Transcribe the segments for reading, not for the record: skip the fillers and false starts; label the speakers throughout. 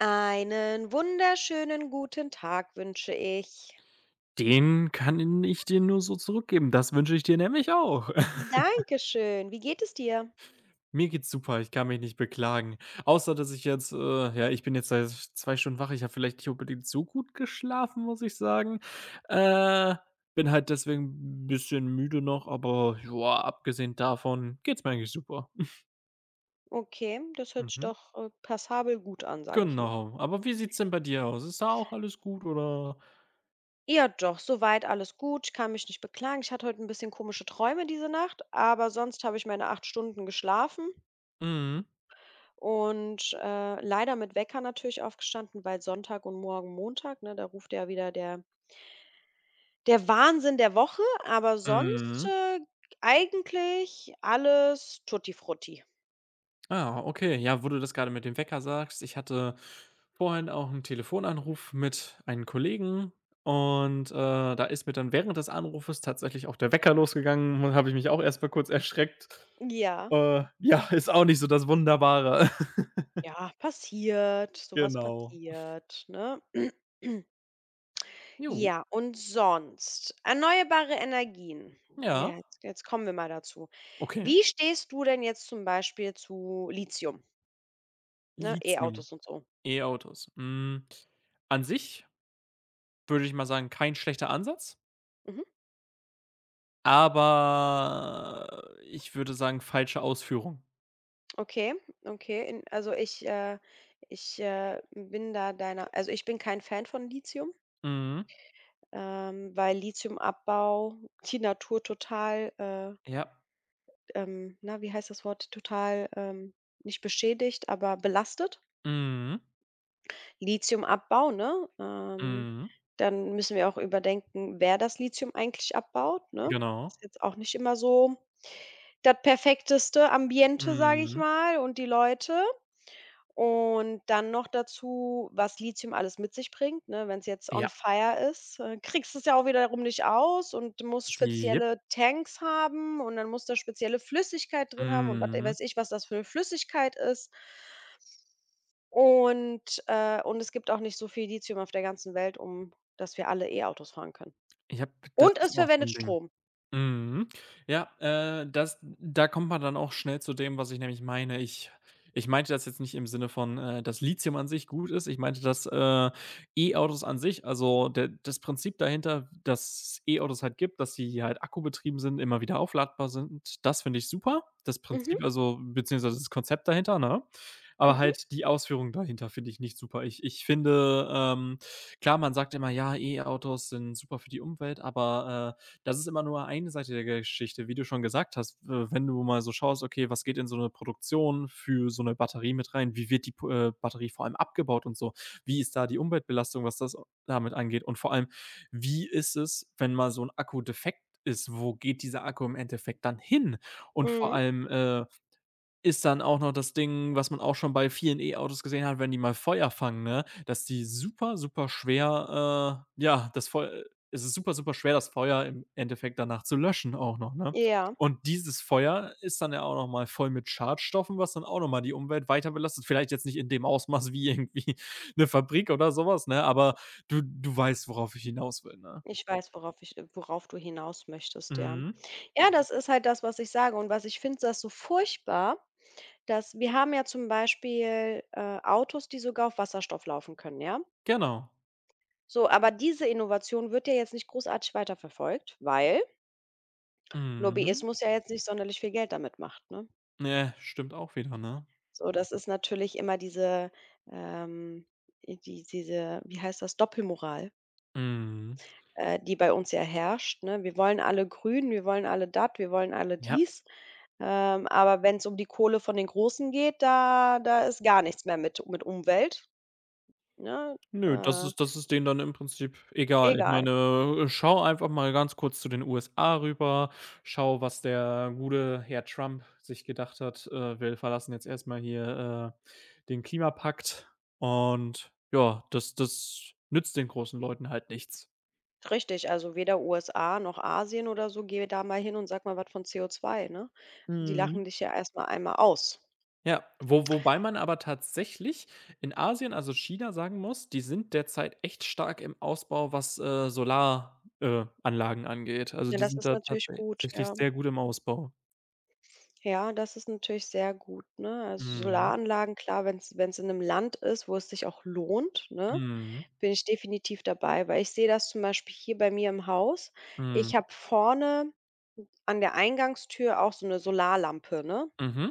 Speaker 1: Einen wunderschönen guten Tag wünsche ich.
Speaker 2: Den kann ich dir nur so zurückgeben. Das wünsche ich dir nämlich auch.
Speaker 1: Dankeschön. Wie geht es dir?
Speaker 2: Mir geht's super, ich kann mich nicht beklagen. Außer, dass ich jetzt ja, ich bin jetzt seit 2 Stunden wach. Ich habe vielleicht nicht unbedingt so gut geschlafen, muss ich sagen. Äh, bin halt deswegen ein bisschen müde noch, aber ja, abgesehen davon geht's mir eigentlich super.
Speaker 1: Okay, das hört sich
Speaker 2: Mhm.
Speaker 1: doch passabel gut an, sage ich mal.
Speaker 2: Genau. Aber wie sieht's denn bei dir aus? Ist da auch alles gut oder?
Speaker 1: Ja, doch, soweit alles gut. Ich kann mich nicht beklagen. Ich hatte heute ein bisschen komische Träume diese Nacht, aber sonst habe ich meine 8 Stunden geschlafen
Speaker 2: Mhm.
Speaker 1: und leider mit Wecker natürlich aufgestanden, weil Sonntag und morgen Montag, ne, da ruft ja wieder der Wahnsinn der Woche, aber sonst
Speaker 2: Mhm.
Speaker 1: eigentlich alles tutti frutti.
Speaker 2: Ah, okay. Ja, wo du das gerade mit dem Wecker sagst, ich hatte vorhin auch einen Telefonanruf mit einem Kollegen und, da ist mir dann während des Anrufes tatsächlich auch der Wecker losgegangen und habe ich mich auch erst mal kurz erschreckt.
Speaker 1: Ja.
Speaker 2: Ja, ist auch nicht so das Wunderbare.
Speaker 1: Ja, passiert, sowas
Speaker 2: Genau.
Speaker 1: passiert, ne?
Speaker 2: Jo,
Speaker 1: Ja, und sonst erneuerbare Energien.
Speaker 2: ja,
Speaker 1: Ja, jetzt kommen wir mal dazu.
Speaker 2: okay.
Speaker 1: Wie stehst du denn jetzt zum Beispiel zu Lithium, ne,
Speaker 2: Lithium,
Speaker 1: E-Autos und so?
Speaker 2: E-Autos. An sich würde ich mal sagen, kein schlechter Ansatz,
Speaker 1: Mhm.
Speaker 2: aber ich würde sagen, falsche Ausführung.
Speaker 1: Okay, okay. Ich, bin da deiner also ich bin kein Fan von Lithium,
Speaker 2: Mhm.
Speaker 1: weil Lithiumabbau die Natur total,
Speaker 2: Ja.
Speaker 1: na, wie heißt das Wort, nicht beschädigt, aber belastet.
Speaker 2: Mhm,
Speaker 1: Lithiumabbau, ne?
Speaker 2: mhm,
Speaker 1: Dann müssen wir auch überdenken, wer das Lithium eigentlich abbaut, ne?
Speaker 2: genau.
Speaker 1: Ist jetzt auch nicht immer so das perfekteste Ambiente, sage ich
Speaker 2: Mhm.
Speaker 1: mal, und die Leute. Und dann noch dazu, was Lithium alles mit sich bringt, ne? Wenn es jetzt on
Speaker 2: Ja,
Speaker 1: fire ist, kriegst du es ja auch wiederum nicht aus, und du musst
Speaker 2: jep.
Speaker 1: spezielle Tanks haben und dann muss da spezielle Flüssigkeit drin haben und was
Speaker 2: Mhm.
Speaker 1: weiß ich, was das für eine Flüssigkeit ist. Und es gibt auch nicht so viel Lithium auf der ganzen Welt, um dass wir alle E-Autos fahren können.
Speaker 2: Ich habe das
Speaker 1: Und es
Speaker 2: ist auch so
Speaker 1: verwendet
Speaker 2: 'n Ding.
Speaker 1: Strom.
Speaker 2: Mhm. Ja, das da kommt man dann auch schnell zu dem, was ich nämlich meine. Ich meinte das jetzt nicht im Sinne von, dass Lithium an sich gut ist. Ich meinte das, E-Autos an sich also, der das Prinzip dahinter, dass E-Autos halt gibt, dass sie halt akkubetrieben sind, immer wieder aufladbar sind. Das finde ich super. Das
Speaker 1: Mhm,
Speaker 2: Prinzip also beziehungsweise das Konzept dahinter, ne? Aber
Speaker 1: mhm,
Speaker 2: halt die Ausführung dahinter finde ich nicht super. Ich finde, klar, man sagt immer: „Ja, E-Autos sind super für die Umwelt“, aber das ist immer nur eine Seite der Geschichte. Wie du schon gesagt hast, wenn du mal so schaust, okay, was geht in so eine Produktion für so eine Batterie mit rein? Wie wird die P Batterie vor allem abgebaut und so? Wie ist da die Umweltbelastung, was das damit angeht? Und vor allem, wie ist es, wenn mal so ein Akku defekt ist? Wo geht dieser Akku im Endeffekt dann hin? Und vor
Speaker 1: mhm.
Speaker 2: allem, ist dann auch noch das Ding, was man auch schon bei vielen E-Autos gesehen hat, wenn die mal Feuer fangen, ne, dass die super, super schwer, ja, das Feu es ist super, super schwer, das Feuer im Endeffekt danach zu löschen auch noch, ne?
Speaker 1: Ja.
Speaker 2: Und dieses Feuer ist dann ja auch noch mal voll mit Schadstoffen, was dann auch noch mal die Umwelt weiter belastet. Vielleicht jetzt nicht in dem Ausmaß wie irgendwie 'ne Fabrik oder so was, ne, aber du weißt, worauf ich hinaus will, ne?
Speaker 1: Ich weiß, worauf du hinaus möchtest, ja.
Speaker 2: Mhm.
Speaker 1: Ja, das ist halt das, was ich sage und was ich finde, das so furchtbar, dass wir haben ja zum Beispiel, Autos, die sogar auf Wasserstoff laufen können, ja?
Speaker 2: Genau.
Speaker 1: So, aber diese Innovation wird ja jetzt nicht großartig weiterverfolgt, weil
Speaker 2: Mhm.
Speaker 1: Lobbyismus ja jetzt nicht sonderlich viel Geld damit macht, ne?
Speaker 2: Ja, stimmt auch wieder, ne?
Speaker 1: So, das ist natürlich immer diese, ähm, wie heißt das, Doppelmoral.
Speaker 2: Mhm.
Speaker 1: Die bei uns ja herrscht, ne? Wir wollen alle grün, wir wollen alle dat, wir wollen alle
Speaker 2: Ja.
Speaker 1: dies. Aber wenn es um die Kohle von den Großen geht, da ist gar nichts mehr mit Umwelt, ne?
Speaker 2: Nö, das
Speaker 1: Äh,
Speaker 2: ist das ist denen dann im Prinzip egal. Ich
Speaker 1: egal.
Speaker 2: meine, schau einfach mal ganz kurz zu den USA rüber, schau, was der gute Herr Trump sich gedacht hat: „Wir verlassen jetzt erstmal hier, den Klimapakt.“ Und ja, das das nützt den großen Leuten halt nichts.
Speaker 1: Richtig, also weder USA noch Asien oder so, geh da mal hin und sag mal was von CO2, ne? Die
Speaker 2: Mhm.
Speaker 1: lachen dich ja erst mal einmal aus.
Speaker 2: Ja, wo wobei man aber tatsächlich in Asien, also China, sagen muss, die sind derzeit echt stark im Ausbau, was, Solar Anlagen angeht. Also,
Speaker 1: Ja,
Speaker 2: die
Speaker 1: das
Speaker 2: sind
Speaker 1: ist
Speaker 2: da
Speaker 1: natürlich gut,
Speaker 2: tatsächlich
Speaker 1: ja.
Speaker 2: sehr gut im Ausbau.
Speaker 1: Ja, das ist natürlich sehr gut, ne? Also
Speaker 2: Mhm.
Speaker 1: Solaranlagen, klar, wenn es in einem Land ist, wo es sich auch lohnt, ne?
Speaker 2: Mhm.
Speaker 1: Bin ich definitiv dabei, weil ich sehe das zum Beispiel hier bei mir im Haus.
Speaker 2: Mhm.
Speaker 1: Ich habe vorne an der Eingangstür auch so eine Solarlampe, ne?
Speaker 2: Mhm.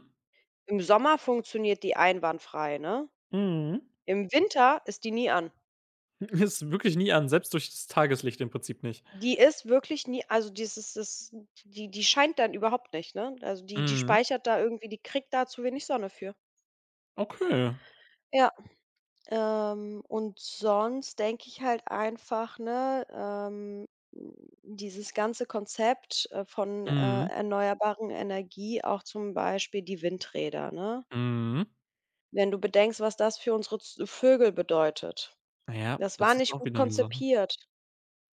Speaker 1: Im Sommer funktioniert die einwandfrei, ne?
Speaker 2: Mhm.
Speaker 1: Im Winter ist die nie an.
Speaker 2: Ist wirklich nie an, selbst durch das Tageslicht im Prinzip nicht.
Speaker 1: Die ist wirklich nie, also dieses das, die scheint dann überhaupt nicht, ne? Also die
Speaker 2: Mhm.
Speaker 1: speichert da irgendwie, die kriegt da zu wenig Sonne für.
Speaker 2: Okay.
Speaker 1: Ja. Und sonst denke ich halt einfach, ne, dieses ganze Konzept, von,
Speaker 2: Mhm.
Speaker 1: erneuerbaren Energie, auch zum Beispiel die Windräder, ne?
Speaker 2: Mhm.
Speaker 1: Wenn du bedenkst, was das für unsere Z Vögel bedeutet.
Speaker 2: Na ja,
Speaker 1: Das war
Speaker 2: das ist
Speaker 1: nicht
Speaker 2: auch
Speaker 1: gut
Speaker 2: wieder 'ne Sache.
Speaker 1: konzipiert,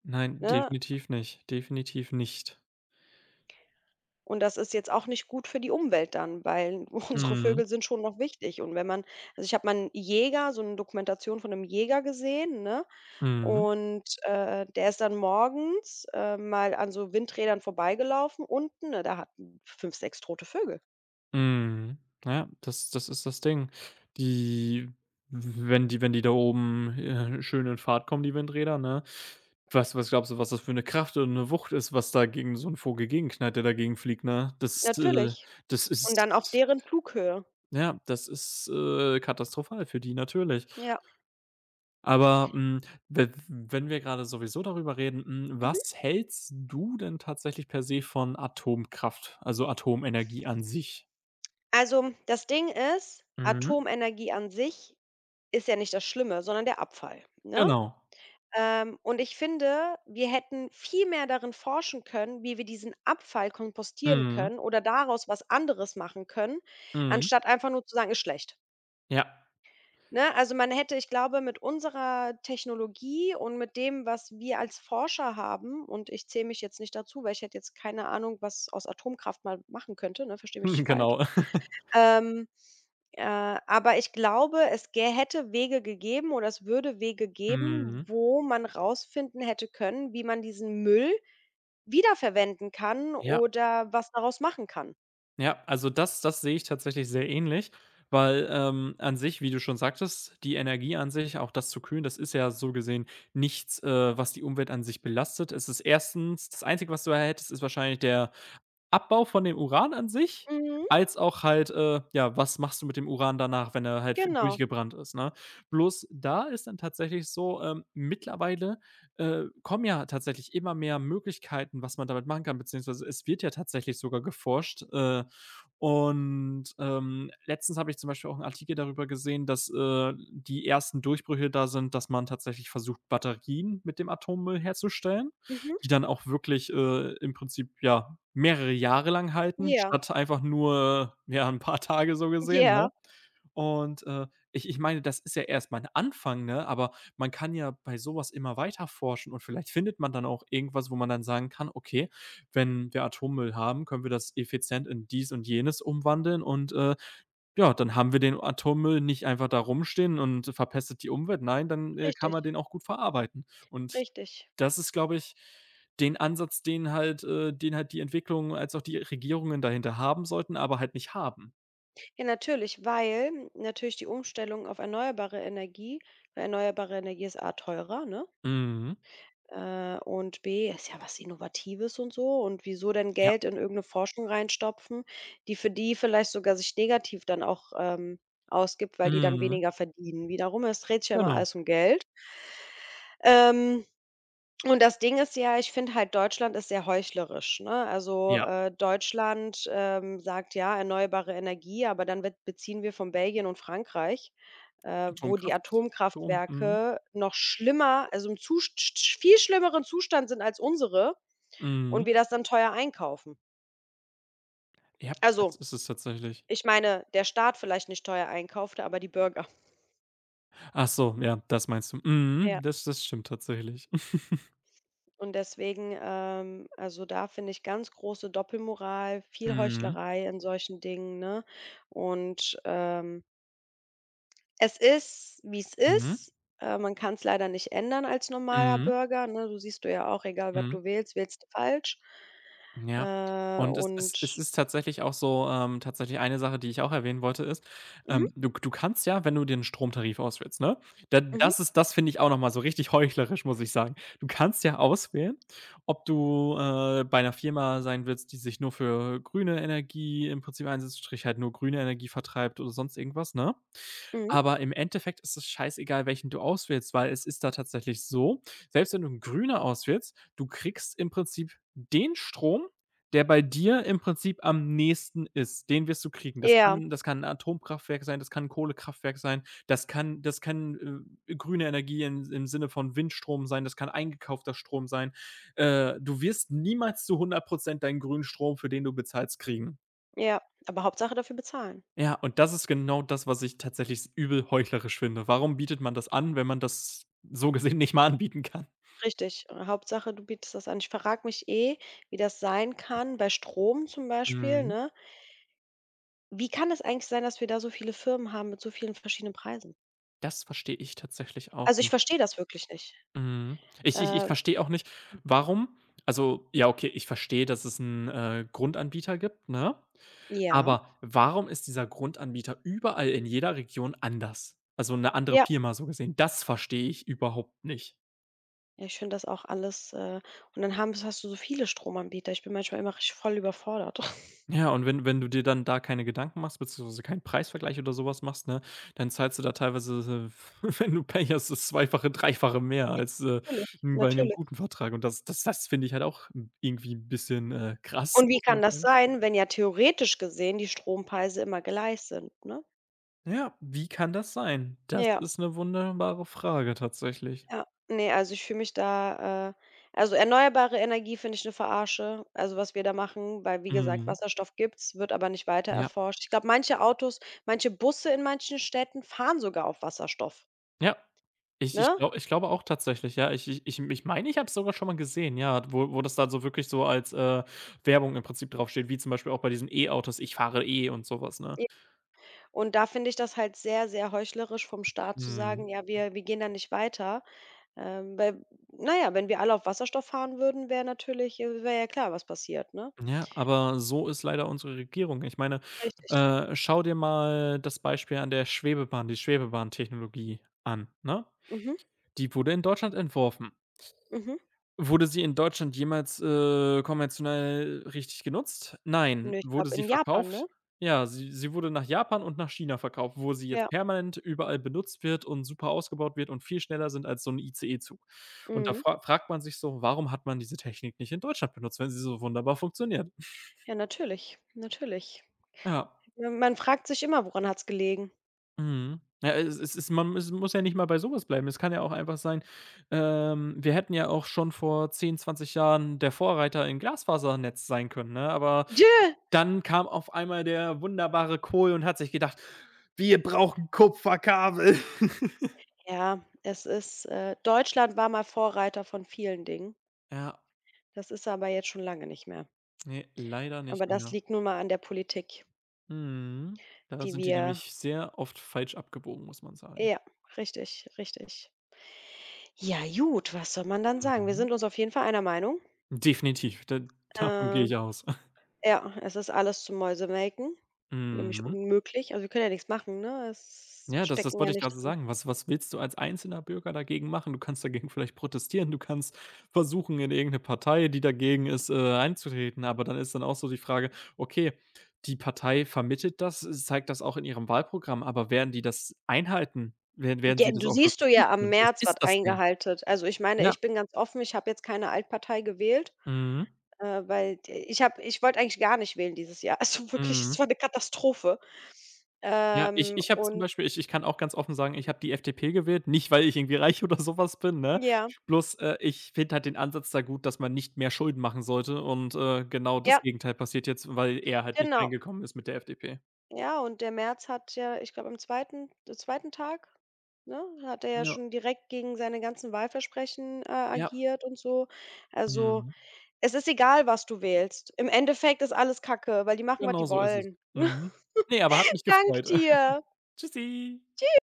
Speaker 2: Nein,
Speaker 1: ne?
Speaker 2: definitiv nicht, definitiv nicht.
Speaker 1: Und das ist jetzt auch nicht gut für die Umwelt dann, weil unsere
Speaker 2: Mhm.
Speaker 1: Vögel sind schon noch wichtig. Und wenn man, also, ich habe mal einen Jäger, so eine Dokumentation von einem Jäger gesehen, ne?
Speaker 2: Mhm.
Speaker 1: Und, der ist dann morgens, mal an so Windrädern vorbeigelaufen unten, ne, da hatten fünf, sechs tote Vögel.
Speaker 2: Mhm. Ja, das das ist das Ding. Die Wenn die da oben, schön in Fahrt kommen, die Windräder, ne? Was was glaubst du, was das für eine Kraft und eine Wucht ist, was da gegen so 'n Vogel gegenknallt, der dagegen fliegt, ne? Das, äh
Speaker 1: Natürlich.
Speaker 2: das
Speaker 1: Und dann auf
Speaker 2: ist
Speaker 1: deren Flughöhe.
Speaker 2: ja, katastrophal für die natürlich.
Speaker 1: Ja.
Speaker 2: Aber, hm, we wenn wir gerade sowieso darüber reden,
Speaker 1: Mhm.
Speaker 2: was hältst du denn tatsächlich per se von Atomkraft, also Atomenergie an sich?
Speaker 1: Also, das Ding ist,
Speaker 2: Mhm.
Speaker 1: Atomenergie an sich ist ja nicht das Schlimme, sondern der Abfall, ne?
Speaker 2: Genau.
Speaker 1: Und ich finde, wir hätten viel mehr darin forschen können, wie wir diesen Abfall kompostieren
Speaker 2: Mhm,
Speaker 1: können oder daraus was anderes machen können,
Speaker 2: mhm.
Speaker 1: anstatt einfach nur zu sagen: „Ist schlecht.“
Speaker 2: Ja,
Speaker 1: Ne? Also, man hätte, ich glaube, mit unserer Technologie und mit dem, was wir als Forscher haben, und ich zähle mich jetzt nicht dazu, weil ich hätte jetzt keine Ahnung, was aus Atomkraft mal machen könnte, ne, verstehe mich nicht falsch.
Speaker 2: genau.
Speaker 1: Ähm, aber ich glaube, es gä hätte Wege gegeben oder es würde Wege geben,
Speaker 2: Mhm.
Speaker 1: wo man rausfinden hätte können, wie man diesen Müll wiederverwenden kann
Speaker 2: Ja,
Speaker 1: oder was daraus machen kann.
Speaker 2: ja, also das das sehe ich tatsächlich sehr ähnlich, weil, an sich, wie du schon sagtest, die Energie an sich, auch das zu kühlen, das ist ja so gesehen nichts, was die Umwelt an sich belastet. Es ist erstens das Einzige, was du hättest, ist wahrscheinlich der Abbau von dem Uran an sich,
Speaker 1: Mhm,
Speaker 2: als auch halt, ja, was machst du mit dem Uran danach, wenn er halt f
Speaker 1: genau.
Speaker 2: durchgebrannt ist, ne? Bloß da ist dann tatsächlich so, mittlerweile, kommen ja tatsächlich immer mehr Möglichkeiten, was man damit machen kann, beziehungsweise es wird ja tatsächlich sogar geforscht, und, letztens habe ich zum Beispiel auch einen Artikel darüber gesehen, dass, die ersten Durchbrüche da sind, dass man tatsächlich versucht, Batterien mit dem Atommüll herzustellen,
Speaker 1: Mhm.
Speaker 2: die dann auch wirklich, im Prinzip, ja, mehrere Jahre lang halten,
Speaker 1: Ja,
Speaker 2: statt einfach nur, ja, ein paar Tage so gesehen, ne?
Speaker 1: ja,
Speaker 2: Und, ich meine, das ist ja erst mal 'n Anfang, ne? Aber man kann ja bei sowas immer weiter forschen und vielleicht findet man dann auch irgendwas, wo man dann sagen kann: „Okay, wenn wir Atommüll haben, können wir das effizient in dies und jenes umwandeln und, ja, dann haben wir den Atommüll nicht einfach da rumstehen und verpestet die Umwelt. Nein, dann, kann
Speaker 1: richtig,
Speaker 2: man den auch gut verarbeiten.“ Und
Speaker 1: richtig.
Speaker 2: das ist, glaube ich, den Ansatz, den halt die Entwicklung als auch die Regierungen dahinter haben sollten, aber halt nicht haben.
Speaker 1: Ja, natürlich, weil natürlich die Umstellung auf erneuerbare Energie, weil erneuerbare Energie ist A teurer, ne?
Speaker 2: Mhm.
Speaker 1: Und B, ist ja was Innovatives und so, und wieso denn
Speaker 2: Ja.
Speaker 1: Geld in irgendeine Forschung reinstopfen, die für die vielleicht sogar sich negativ dann auch, ausgibt, weil die dann
Speaker 2: Mhm.
Speaker 1: weniger verdienen. Wiederum, es dreht sich ja immer
Speaker 2: Genau.
Speaker 1: alles um Geld. Ähm und das Ding ist ja, ich finde halt, Deutschland ist sehr heuchlerisch, ne? Also,
Speaker 2: Ja,
Speaker 1: Deutschland, sagt: „Ja, erneuerbare Energie“, aber dann wird, beziehen wir von Belgien und Frankreich, wo die
Speaker 2: Atomkraft, Strom, mhm,
Speaker 1: Atomkraftwerke noch schlimmer, also, im Zus sch viel schlimmeren Zustand sind als unsere,
Speaker 2: mhm.
Speaker 1: und wir das dann teuer einkaufen.
Speaker 2: Ja, das
Speaker 1: Also,
Speaker 2: ist es tatsächlich.
Speaker 1: ich meine, der Staat vielleicht nicht teuer einkaufte, aber die Bürger.
Speaker 2: Ach so, ja, das meinst du.
Speaker 1: Ja.
Speaker 2: Mhm, das stimmt tatsächlich.
Speaker 1: Und deswegen, also, da finde ich ganz große Doppelmoral, viel
Speaker 2: Mhm,
Speaker 1: Heuchlerei in solchen Dingen, ne? Und, es ist, wie es
Speaker 2: mhm,
Speaker 1: ist. Man kann es leider nicht ändern als normaler
Speaker 2: mhm,
Speaker 1: Bürger, ne? Du siehst du ja auch, egal was
Speaker 2: mhm.
Speaker 1: du wählst, wählst du falsch.
Speaker 2: Ja.
Speaker 1: Äh,
Speaker 2: Und es ist es
Speaker 1: und
Speaker 2: ist tatsächlich auch so tatsächlich eine Sache, die ich auch erwähnen wollte, ist,
Speaker 1: mhm,
Speaker 2: du kannst ja, wenn du dir 'n Stromtarif auswählst, ne? Da
Speaker 1: mhm,
Speaker 2: das ist das finde ich auch noch mal so richtig heuchlerisch, muss ich sagen. Du kannst ja auswählen, ob du, bei einer Firma sein willst, die sich nur für grüne Energie im Prinzip einsetzt, sprich halt nur grüne Energie vertreibt oder sonst irgendwas, ne?
Speaker 1: mhm.
Speaker 2: Aber im Endeffekt ist es scheißegal, welchen du auswählst, weil es ist da tatsächlich so, selbst wenn du 'n Grüner auswählst, du kriegst im Prinzip den Strom, der bei dir im Prinzip am nächsten ist. Den wirst du kriegen. Das
Speaker 1: Ja,
Speaker 2: kann das kann ein Atomkraftwerk sein, das kann 'n Kohlekraftwerk sein, das kann grüne Energie im Sinne von Windstrom sein, das kann eingekaufter Strom sein. Du wirst niemals zu 100% deinen grünen Strom, für den du bezahlst, kriegen.
Speaker 1: ja, aber Hauptsache dafür bezahlen.
Speaker 2: Ja, und das ist genau das, was ich tatsächlich übel heuchlerisch finde. Warum bietet man das an, wenn man das so gesehen nicht mal anbieten kann?
Speaker 1: Richtig. Hauptsache, du bietest das an. Ich frage mich eh, wie das sein kann bei Strom zum Beispiel,
Speaker 2: Mhm.
Speaker 1: ne? Wie kann es eigentlich sein, dass wir da so viele Firmen haben mit so vielen verschiedenen Preisen?
Speaker 2: Das verstehe ich tatsächlich auch.
Speaker 1: Also, ich verstehe das wirklich nicht.
Speaker 2: Mhm. Ich
Speaker 1: Äh,
Speaker 2: verstehe auch nicht, warum also, ja, okay, ich verstehe, dass es einen Grundanbieter gibt, ne?
Speaker 1: ja,
Speaker 2: Aber warum ist dieser Grundanbieter überall in jeder Region anders? Also, eine andere
Speaker 1: ja.
Speaker 2: Firma so gesehen. Das verstehe ich überhaupt nicht.
Speaker 1: Ja, ich finde das auch alles, und dann haben hast du so viele Stromanbieter. Ich bin manchmal immer richtig voll überfordert.
Speaker 2: Ja, und wenn du dir dann da keine Gedanken machst, beziehungsweise keinen Preisvergleich oder sowas machst, ne, dann zahlst du da teilweise, wenn du Pech hast, das Zweifache, Dreifache mehr
Speaker 1: Ja,
Speaker 2: als,
Speaker 1: natürlich,
Speaker 2: bei einem
Speaker 1: natürlich.
Speaker 2: guten Vertrag. Und das finde ich halt auch irgendwie ein bisschen, krass,
Speaker 1: Und wie
Speaker 2: muss
Speaker 1: kann
Speaker 2: man
Speaker 1: das
Speaker 2: sagen.
Speaker 1: sein, wenn ja theoretisch gesehen die Strompreise immer gleich sind, ne?
Speaker 2: Ja, wie kann das sein? Das
Speaker 1: Ja.
Speaker 2: ist eine wunderbare Frage tatsächlich.
Speaker 1: Ja, ne, also ich fühle mich da, also erneuerbare Energie finde ich eine Verarsche, also was wir da machen, weil wie gesagt,
Speaker 2: Mhm.
Speaker 1: Wasserstoff gibt's, wird aber nicht weiter
Speaker 2: Ja,
Speaker 1: erforscht. Ich glaube, manche Autos, manche Busse in manchen Städten fahren sogar auf Wasserstoff,
Speaker 2: ja. Ich ich
Speaker 1: ne?
Speaker 2: glau ich glaube auch tatsächlich, ja. Ich meine, ich habe es sogar schon mal gesehen, ja, wo das dann so wirklich so als, Werbung im Prinzip draufsteht, wie zum Beispiel auch bei diesen E-Autos: „Ich fahre E“ und sowas, ne?
Speaker 1: Ja. Und da finde ich das halt sehr, sehr heuchlerisch vom Staat zu
Speaker 2: Mhm.
Speaker 1: sagen: „Ja, wir wir gehen da nicht weiter.“ weil, naja, wenn wir alle auf Wasserstoff fahren würden, wäre natürlich, wäre ja klar, was passiert, ne?
Speaker 2: Ja, aber so ist leider unsere Regierung. Ich meine,
Speaker 1: Richtig.
Speaker 2: schau dir mal das Beispiel an der Schwebebahn die Schwebebahntechnologie an, ne?
Speaker 1: Mhm,
Speaker 2: Die wurde in Deutschland entworfen.
Speaker 1: mhm.
Speaker 2: Wurde sie in Deutschland jemals, kommerziell richtig genutzt? Nein.
Speaker 1: Ne, ich
Speaker 2: Wurde
Speaker 1: glaube
Speaker 2: sie
Speaker 1: in Japan, ne?
Speaker 2: verkauft? Ja, sie wurde nach Japan und nach China verkauft, wo sie jetzt
Speaker 1: Ja,
Speaker 2: permanent überall benutzt wird und super ausgebaut wird und viel schneller sind als so 'n ICE-Zug. Und da
Speaker 1: mhm.
Speaker 2: fragt man sich so: „Warum hat man diese Technik nicht in Deutschland benutzt, wenn sie so wunderbar funktioniert?“
Speaker 1: Ja, natürlich, natürlich.
Speaker 2: Ja,
Speaker 1: Man fragt sich immer, woran hat's gelegen?
Speaker 2: mhm. Ja, es es ist man es muss ja nicht mal bei sowas bleiben. Es kann ja auch einfach sein, wir hätten ja auch schon vor 10, 20 Jahren der Vorreiter im Glasfasernetz sein können, ne? Aber
Speaker 1: Ja.
Speaker 2: dann kam auf einmal der wunderbare Kohl und hat sich gedacht: „Wir brauchen Kupferkabel.“
Speaker 1: Ja, es ist, Deutschland war mal Vorreiter von vielen Dingen.
Speaker 2: Ja,
Speaker 1: Das ist aber jetzt schon lange nicht mehr.
Speaker 2: ne, leider
Speaker 1: Aber
Speaker 2: nicht
Speaker 1: das
Speaker 2: mehr.
Speaker 1: liegt nun mal an der Politik,
Speaker 2: Mhm. Da
Speaker 1: die
Speaker 2: sind die
Speaker 1: wir,
Speaker 2: nämlich sehr oft falsch abgebogen, muss man sagen.
Speaker 1: ja, richtig, richtig. Ja gut, was soll man dann sagen? Wir
Speaker 2: Mhm.
Speaker 1: sind uns auf jeden Fall einer Meinung.
Speaker 2: Definitiv, da davon gehe
Speaker 1: Äh,
Speaker 2: ich aus.
Speaker 1: ja, es ist alles zum Mäusemelken, nämlich
Speaker 2: Mhm.
Speaker 1: unmöglich. Also, wir können ja nichts machen, ne? Es wir
Speaker 2: Ja, das das
Speaker 1: stecken ja
Speaker 2: wollte ich
Speaker 1: nicht
Speaker 2: gerade
Speaker 1: drin.
Speaker 2: sagen. Was was willst du als einzelner Bürger dagegen machen? Du kannst dagegen vielleicht protestieren, du kannst versuchen, in irgendeine Partei, die dagegen ist, einzutreten, aber dann ist dann auch so die Frage: „Okay, die Partei vermittelt das, zeigt das auch in ihrem Wahlprogramm, aber werden die das einhalten? Werden
Speaker 1: Ja,
Speaker 2: sie das
Speaker 1: du
Speaker 2: auch
Speaker 1: siehst du
Speaker 2: wirklich
Speaker 1: ja am
Speaker 2: durchführen?“ Das
Speaker 1: März, was
Speaker 2: ist das Ding.
Speaker 1: eingehalten, also, ich meine,
Speaker 2: Ja.
Speaker 1: ich bin ganz offen, ich habe jetzt keine Altpartei gewählt,
Speaker 2: Mhm.
Speaker 1: weil d ich habe ich wollte eigentlich gar nicht wählen dieses Jahr. Also, wirklich,
Speaker 2: Mhm.
Speaker 1: es war eine Katastrophe.
Speaker 2: Ja, ich
Speaker 1: Ähm,
Speaker 2: ich habe zum
Speaker 1: und
Speaker 2: Beispiel ich ich kann auch ganz offen sagen, ich habe die FDP gewählt, nicht, weil ich irgendwie reich oder sowas bin, ne?
Speaker 1: ja,
Speaker 2: Bloß, ich finde halt den Ansatz da gut, dass man nicht mehr Schulden machen sollte und, genau das
Speaker 1: ja,
Speaker 2: Gegenteil passiert jetzt, weil er halt nicht
Speaker 1: genau.
Speaker 2: reingekommen ist mit der FDP.
Speaker 1: Ja, und der März hat ja, ich glaube, am zweiten 2. Tag, ne, hat er ja
Speaker 2: Ja,
Speaker 1: schon direkt gegen seine ganzen Wahlversprechen,
Speaker 2: ja.
Speaker 1: agiert und so. Also,
Speaker 2: Mhm.
Speaker 1: es ist egal, was du wählst. Im Endeffekt ist alles Kacke, weil die machen, was
Speaker 2: Genau
Speaker 1: die
Speaker 2: so ist es.
Speaker 1: wollen.
Speaker 2: Mhm. Ne, aber hat mich
Speaker 1: Dank
Speaker 2: gefreut.
Speaker 1: dir.
Speaker 2: Tschüssi.